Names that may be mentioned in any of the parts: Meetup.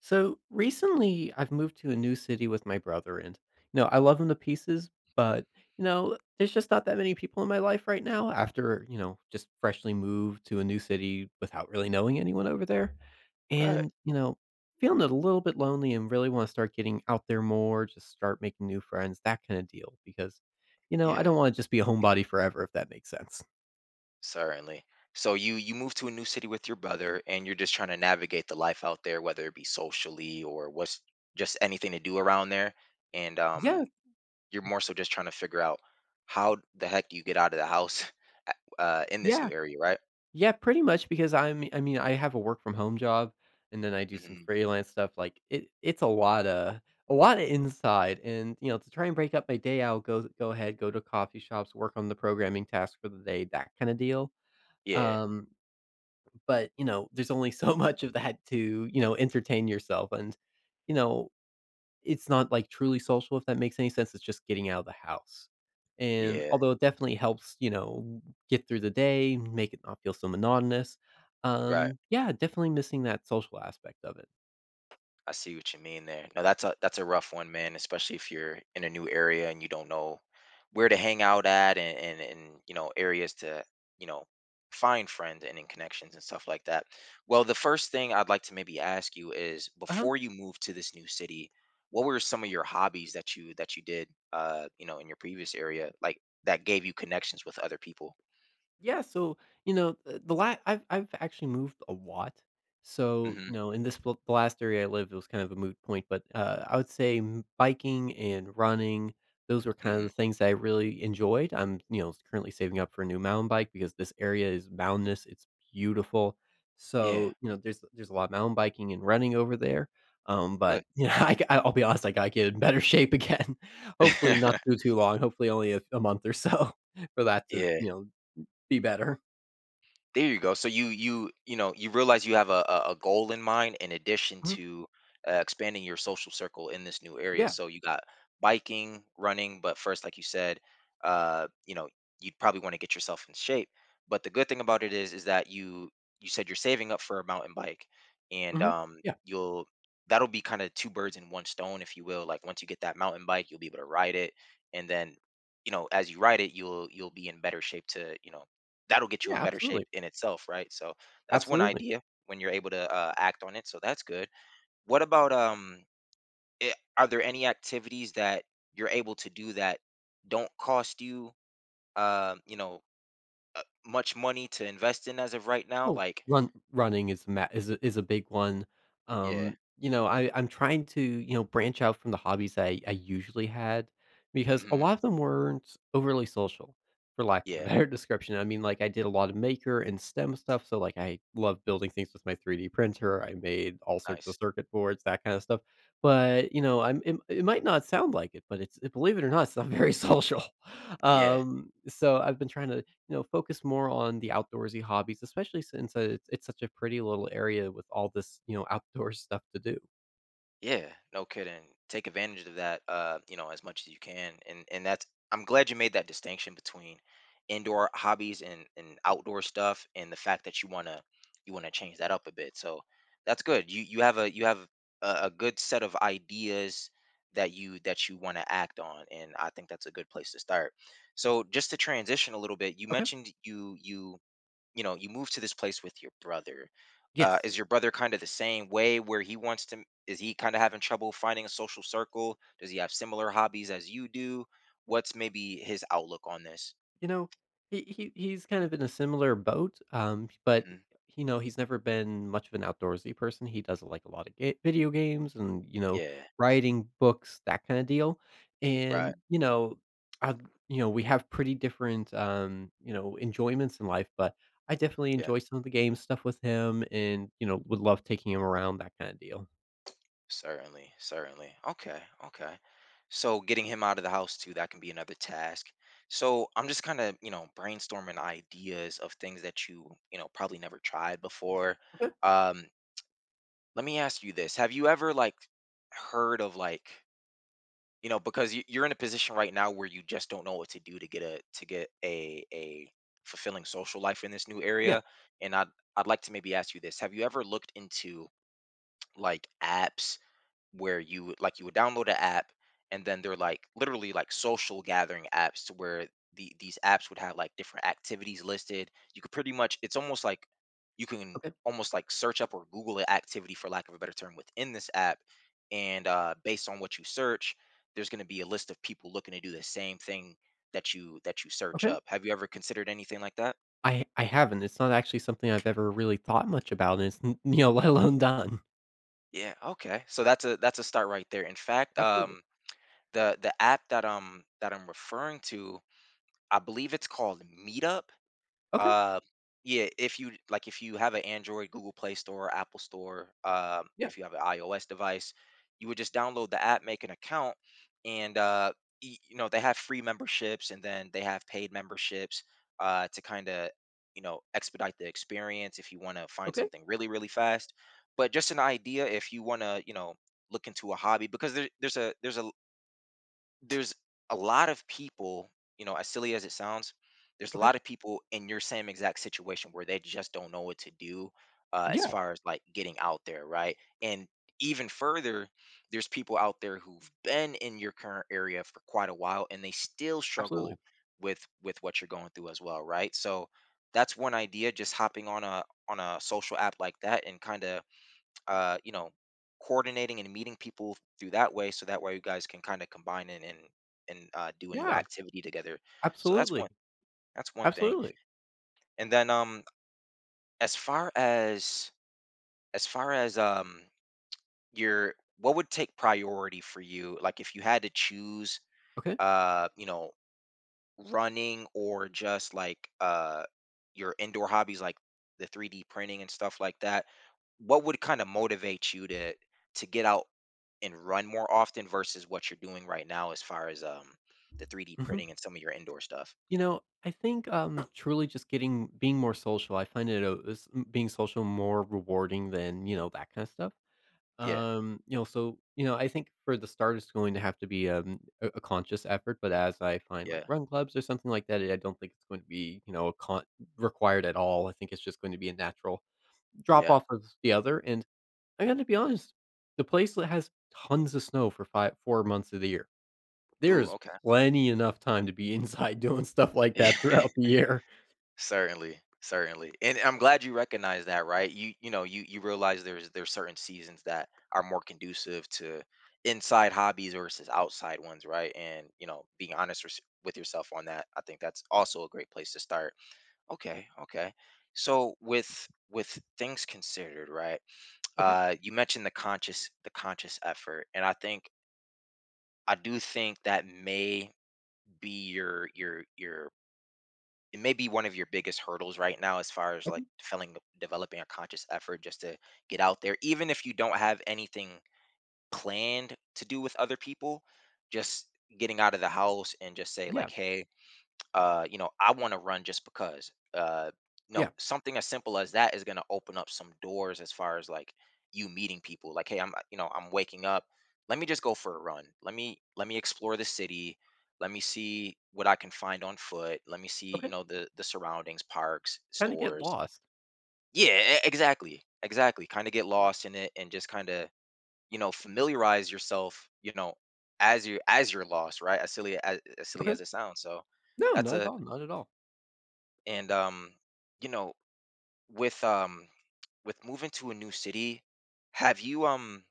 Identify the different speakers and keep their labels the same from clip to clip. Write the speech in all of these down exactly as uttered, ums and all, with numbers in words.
Speaker 1: So recently, I've moved to a new city with my brother, and you know, I love him to pieces, but you know, there's just not that many people in my life right now after you know, just freshly moved to a new city without really knowing anyone over there,
Speaker 2: Right.
Speaker 1: and you know, feeling a little bit lonely and really want to start getting out there more, just start making new friends, that kind of deal, because you know, I
Speaker 2: Yeah,
Speaker 1: don't want to just be a homebody forever, if that makes sense.
Speaker 2: certainly. So you you move to a new city with your brother and you're just trying to navigate the life out there, whether it be socially or what's just anything to do around there. And um
Speaker 1: Yeah,
Speaker 2: You're more so just trying to figure out how the heck do you get out of the house uh in this new
Speaker 1: yeah.
Speaker 2: area, right?
Speaker 1: Yeah, pretty much because I'm I mean, I have a work from home job and then I do some
Speaker 2: Hmm.
Speaker 1: freelance stuff. Like it it's a lot of a lot of inside and you know, to try and break up my day, I'll go go ahead, go to coffee shops, work on the programming task for the day, that kind of deal.
Speaker 2: Yeah.
Speaker 1: Um, but you know, there's only so much of that to, you know, entertain yourself and you know, it's not, like, truly social, if that makes any sense, it's just getting out of the house, and
Speaker 2: Yeah.
Speaker 1: although it definitely helps, you know, get through the day, make it not feel so monotonous,
Speaker 2: Right.
Speaker 1: um, yeah, definitely missing that social aspect of it.
Speaker 2: I see what you mean there. No, that's a that's a rough one, man, especially if you're in a new area and you don't know where to hang out at and and, and you know, areas to, you know, find friends and in connections and stuff like that. Well, the first thing I'd like to maybe ask you is
Speaker 1: Uh-huh.
Speaker 2: before you moved to this new city, what were some of your hobbies that you that you did, uh, you know, in your previous area, like that gave you connections with other people?
Speaker 1: Yeah, so, you know, uh, the la I've I've actually moved a lot. So,
Speaker 2: Hmm.
Speaker 1: you know, in this pl the last area I lived, it was kind of a moot point, but, uh, I would say m biking and running, those were kind of the
Speaker 2: Hmm.
Speaker 1: things that I really enjoyed. I'm, you know, currently saving up for a new mountain bike because this area is mountainous, it's beautiful.
Speaker 2: Yeah.
Speaker 1: So, you know, there's there's a lot of mountain biking and running over there, um,
Speaker 2: Good.
Speaker 1: but, you know, i g I'll be honest, I gotta get in better shape again. Hopefully not too, too long, hopefully only a a month or so for that to,
Speaker 2: Yeah.
Speaker 1: you know be better.
Speaker 2: There you go. So you you you know you realize you have a a a goal in mind in addition
Speaker 1: Mhm.
Speaker 2: to uh, expanding your social circle in this new area.
Speaker 1: Yeah.
Speaker 2: So you got biking, running, but first, like you said, uh, you know you'd probably want to get yourself in shape. But the good thing about it is is that you you said you're saving up for a mountain bike, and
Speaker 1: Mhm.
Speaker 2: um
Speaker 1: Yeah.
Speaker 2: you'll, that'll be kind of two birds in one stone, if you will. Like once you get that mountain bike, you'll be able to ride it, and then, you know, as you ride it, you'll you'll be in better shape to, you know, that'll get you
Speaker 1: Yeah,
Speaker 2: in better shape
Speaker 1: absolutely.
Speaker 2: in itself, right? So that's one
Speaker 1: Absolutely.
Speaker 2: idea when you're able to uh, act on it. So that's good. What about um? I are there any activities that you're able to do that don't cost you, um you know uh, much money to invest in as of right now?
Speaker 1: Oh,
Speaker 2: Like
Speaker 1: run running is ma is a is a big one.
Speaker 2: yeah,
Speaker 1: Um, you know, I I'm trying to, you know, branch out from the hobbies I I usually had because a
Speaker 2: hmm,
Speaker 1: lot of them weren't overly social, for lack of a
Speaker 2: yeah,
Speaker 1: better description. I mean, like I did a lot of maker and STEM stuff, so like I love building things with my three D printer. I made all sorts of
Speaker 2: nice,
Speaker 1: circuit boards, that kind of stuff. But, you know, I'm it, it might not sound like it, but it's believe it or not, it's not very social.
Speaker 2: yeah.
Speaker 1: Um, so I've been trying to you know, focus more on the outdoorsy hobbies, especially since uh, it's, it's such a pretty little area with all this, you know, outdoor stuff to do.
Speaker 2: Yeah, no kidding. Take advantage of that, uh, you know, as much as you can. And and that's I'm glad you made that distinction between indoor hobbies and and outdoor stuff, and the fact that you wanna you wanna change that up a bit. So that's good. You you have a you have a, a good set of ideas that you that you want to act on, and I think that's a good place to start. So just to transition a little bit, you
Speaker 1: Okay.
Speaker 2: mentioned you you you know you move to this place with your brother. Uh
Speaker 1: Yes.
Speaker 2: is your brother kind of the same way where he wants to, is he kind of having trouble finding a social circle, does he have similar hobbies as you do, what's maybe his outlook on this?
Speaker 1: You know, he he he's kind of in a similar boat, um, but,
Speaker 2: Mhm.
Speaker 1: you know, he's never been much of an outdoorsy person. He does like a lot of ga video games and, you know,
Speaker 2: Yeah,
Speaker 1: writing, books, that kinda deal,
Speaker 2: right,
Speaker 1: and, you know, i you know, we have pretty different, um, you know, enjoyments in life, but I definitely
Speaker 2: yeah,
Speaker 1: enjoy some of the game stuff with him and, you know, would love taking him around, that kinda deal.
Speaker 2: certainly, certainly. Okay, okay. So getting him out of the house too, that can be another task. So I'm just kind of, you know, brainstorming ideas of things that you you know, probably never tried before.
Speaker 1: Okay.
Speaker 2: um Let me ask you this. Have you ever like heard of like, you know, because you, you're in a position right now where you just don't know what to do to get a, to get a a fulfilling social life in this new
Speaker 1: Yeah.
Speaker 2: area. And I'd I'd like to maybe ask you this. Have you ever looked into like apps where you would- like you would download an app, and then they're like literally like social gathering apps, to where the these apps would have like different activities listed, you could pretty much, it's almost like you can
Speaker 1: Okay.
Speaker 2: almost like search up or google an activity, for lack of a better term, within this app, and uh based on what you search, there's going to be a list of people looking to do the same thing that you that you search
Speaker 1: Okay.
Speaker 2: up. Have you ever considered anything like that?
Speaker 1: I I haven't. It's not actually something I've ever really thought much about, and it's n you know, let alone done.
Speaker 2: Yeah, okay, so that's a that's a start right there. In fact
Speaker 1: Absolutely.
Speaker 2: um The the app that um that I'm referring to, I believe it's called Meetup.
Speaker 1: Okay.
Speaker 2: Uh, yeah, if you like, if you have an Android, Google Play Store, Apple Store, um,
Speaker 1: Yeah.
Speaker 2: if you have an iOS device, you would just download the app, make an account, and uh, y- you know, they have free memberships, and then they have paid memberships, uh, to kind of, you know, expedite the experience if you want to find
Speaker 1: Okay.
Speaker 2: something really, really fast. But just an idea if you want to, you know, look into a hobby, because there, there's a there's a, there's a lot of people, you know, as silly as it sounds, there's a
Speaker 1: Okay.
Speaker 2: lot of people in your same exact situation where they just don't know what to do, uh, as
Speaker 1: Yeah.
Speaker 2: far as like getting out there, right? And even further, there's people out there who've been in your current area for quite a while and they still struggle
Speaker 1: Absolutely.
Speaker 2: with with what you're going through as well, right? So that's one idea, just hopping on a on a social app like that and kind of, uh, you know, coordinating and meeting people through that way, so that way you guys can kind of combine and and, and uh, do a new
Speaker 1: Yeah.
Speaker 2: activity together. So that's one
Speaker 1: Absolutely.
Speaker 2: that's one thing.
Speaker 1: Absolutely.
Speaker 2: And then um, As far as as far as um your, what would take priority for you, like if you had to choose,
Speaker 1: Okay.
Speaker 2: uh, you know, running or just like, uh your indoor hobbies like the three D printing and stuff like that, what would kind of motivate you to to get out and run more often versus what you're doing right now as far as, um the three D
Speaker 1: hmm
Speaker 2: printing and some of your indoor stuff?
Speaker 1: You know, I think um, truly just getting being more social. I find it uh, is- m- being social more rewarding than you know that kind of stuff.
Speaker 2: Yeah,
Speaker 1: Um, you know, so you know, I think for the start, it's going to have to be um, a, a conscious effort. But as I find like
Speaker 2: yeah,
Speaker 1: run clubs or something like that, I don't think it's going to be you know a con- required at all. I think it's just going to be a natural drop
Speaker 2: yeah.
Speaker 1: off of the other. I gotta be honest, the place that has tons of snow for five four months of the year. There
Speaker 2: Ooh,
Speaker 1: is plenty enough time to be inside doing stuff like that
Speaker 2: okay.
Speaker 1: throughout the year.
Speaker 2: Certainly, certainly. And I'm glad you recognize that, right? You you know, you you realize there's there's certain seasons that are more conducive to inside hobbies versus outside ones, right? And, you know, being honest with with yourself on that, I think that's also a great place to start. Okay, okay. So with with things considered, right?
Speaker 1: Okay,
Speaker 2: Uh, you mentioned the conscious the conscious effort, and I think I do think that may be your your your, it may be one of your biggest hurdles right now, as far as like
Speaker 1: okay,
Speaker 2: feeling, developing a conscious effort just to get out there even if you don't have anything planned to do with other people, just getting out of the house and just say
Speaker 1: yeah,
Speaker 2: like, hey, uh, you know, I want to run just because. Uh, no,
Speaker 1: yeah,
Speaker 2: something as simple as that is going to open up some doors as far as like you meeting people. Like, hey, I'm, uh, you know, I'm waking up. Let me just go for a run. Let me let me explore the city. Let me see what I can find on foot. Let me see, you
Speaker 1: okay,
Speaker 2: know, the the surroundings, parks,
Speaker 1: kinda get
Speaker 2: stores.
Speaker 1: lost.
Speaker 2: Yeah, e- exactly, exactly. Kind of get lost in it and just kind of, you know, familiarize yourself, you know, as you, as you're lost, right? As silly as, as silly
Speaker 1: Okay.
Speaker 2: as it sounds. So
Speaker 1: No,
Speaker 2: that's
Speaker 1: not at
Speaker 2: a
Speaker 1: all, not at all.
Speaker 2: and um you know with, um with moving to a new city, have you um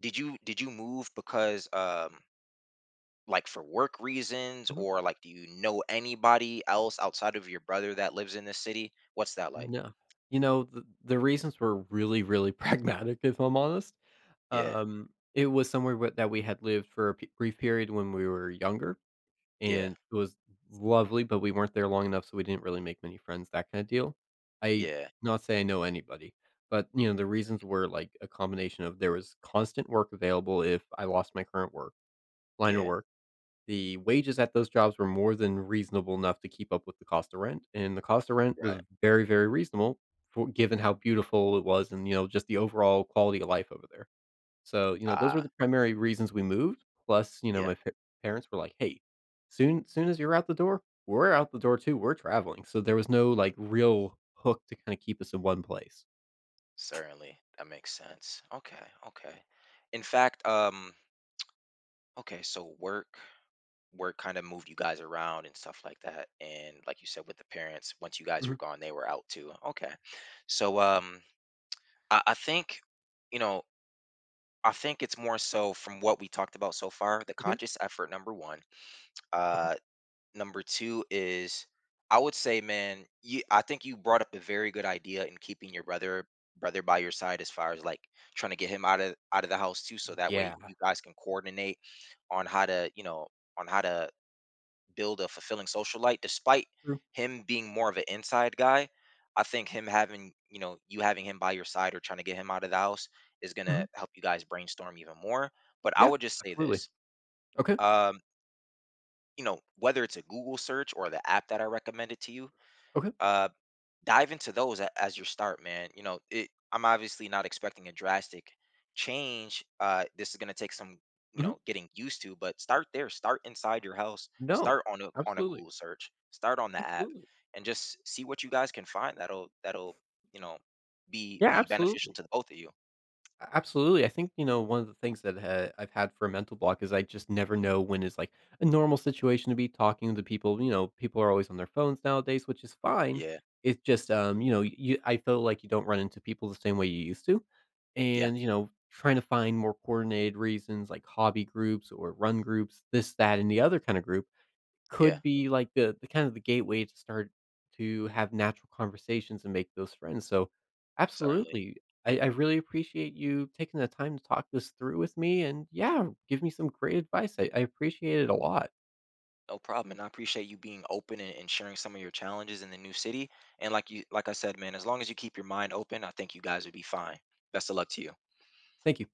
Speaker 2: did you, did you move because, um, like for work reasons,
Speaker 1: Mhm.
Speaker 2: or like do you know anybody else outside of your brother that lives in this city, what's that like?
Speaker 1: No. You know, the the reasons were really, really pragmatic, if I'm honest.
Speaker 2: Yeah,
Speaker 1: Um, it was somewhere where that we had lived for a p brief period when we were younger,
Speaker 2: yeah,
Speaker 1: and it was lovely, but we weren't there long enough, so we didn't really make many friends, that kinda deal. I
Speaker 2: yeah,
Speaker 1: Not say I know anybody, but, you know, the reasons were, like, a combination of there was constant work available if I lost my current work line of
Speaker 2: yeah,
Speaker 1: work. The wages at those jobs were more than reasonable enough to keep up with the cost of rent, and the cost of rent was
Speaker 2: right,
Speaker 1: very, very reasonable for given how beautiful it was and, you know, just the overall quality of life over there. So, you know, those were
Speaker 2: ah,
Speaker 1: the primary reasons we moved, plus, you know,
Speaker 2: yeah,
Speaker 1: my pa parents were like, "Hey, soon soon as you're out the door, we're out the door too, we're traveling." So there was no, like, real hook to kinda keep us in one place.
Speaker 2: certainly, that makes sense. Okay, okay, in fact um okay. So work, work kind of moved you guys around and stuff like that, and like you said with the parents, once you guys were
Speaker 1: Mhm,
Speaker 2: gone they were out too. Okay, so, um i, I think, you know, I think it's more so, from what we talked about so far, the
Speaker 1: okay,
Speaker 2: conscious effort number one,
Speaker 1: okay.
Speaker 2: uh number two is, I would say, man, you I think you brought up a very good idea in keeping your brother, brother by your side, as far as like trying to get him out of, out of the house too, so that way
Speaker 1: Yeah,
Speaker 2: you guys can coordinate on how to, you know, on how to build a fulfilling social life despite
Speaker 1: true,
Speaker 2: him being more of an inside guy. I think him having, you know, you having him by your side or trying to get him out of the house is going to
Speaker 1: mhm,
Speaker 2: help you guys brainstorm even more. But I
Speaker 1: yeah,
Speaker 2: would just say
Speaker 1: absolutely.
Speaker 2: this.
Speaker 1: Okay,
Speaker 2: um you know, whether it's a Google search or the app that I recommended to you,
Speaker 1: okay,
Speaker 2: uh dive into those a- as your start, man. You know, it, I'm obviously not expecting a drastic change. Uh, this is going to take some, you
Speaker 1: mhm.
Speaker 2: know, getting used to. But start there. Start inside your house.
Speaker 1: No,
Speaker 2: Start on a on a
Speaker 1: absolutely,
Speaker 2: Google search. Start on the app,
Speaker 1: absolutely.
Speaker 2: and just see what you guys can find. That'll, that'll, you know, be
Speaker 1: Yeah,
Speaker 2: be beneficial
Speaker 1: absolutely.
Speaker 2: to the both of you.
Speaker 1: A Absolutely, I think, you know, one of the things that ha I've had for a mental block is I just never know when is, like, a normal situation to be talking to people, you know, people are always on their phones nowadays, which is fine.
Speaker 2: Yeah,
Speaker 1: It's just, um, you know, you I feel like you don't run into people the same way you used to,
Speaker 2: yeah,
Speaker 1: and, you know, trying to find more coordinated reasons, like hobby groups or run groups, this, that, and the other kinda group,
Speaker 2: yeah.
Speaker 1: could be like the the kind of the gateway to start to have natural conversations and make those friends. So
Speaker 2: Certainly,
Speaker 1: absolutely. I, I really appreciate you taking the time to talk this through with me and yeah, give me some great advice. I, I appreciate it a lot.
Speaker 2: no problem. And I appreciate you being open and, and sharing some of your challenges in the new city. And like you, like I said, man, as long as you keep your mind open, I think you guys would be fine. Best of luck to you.
Speaker 1: Thank you.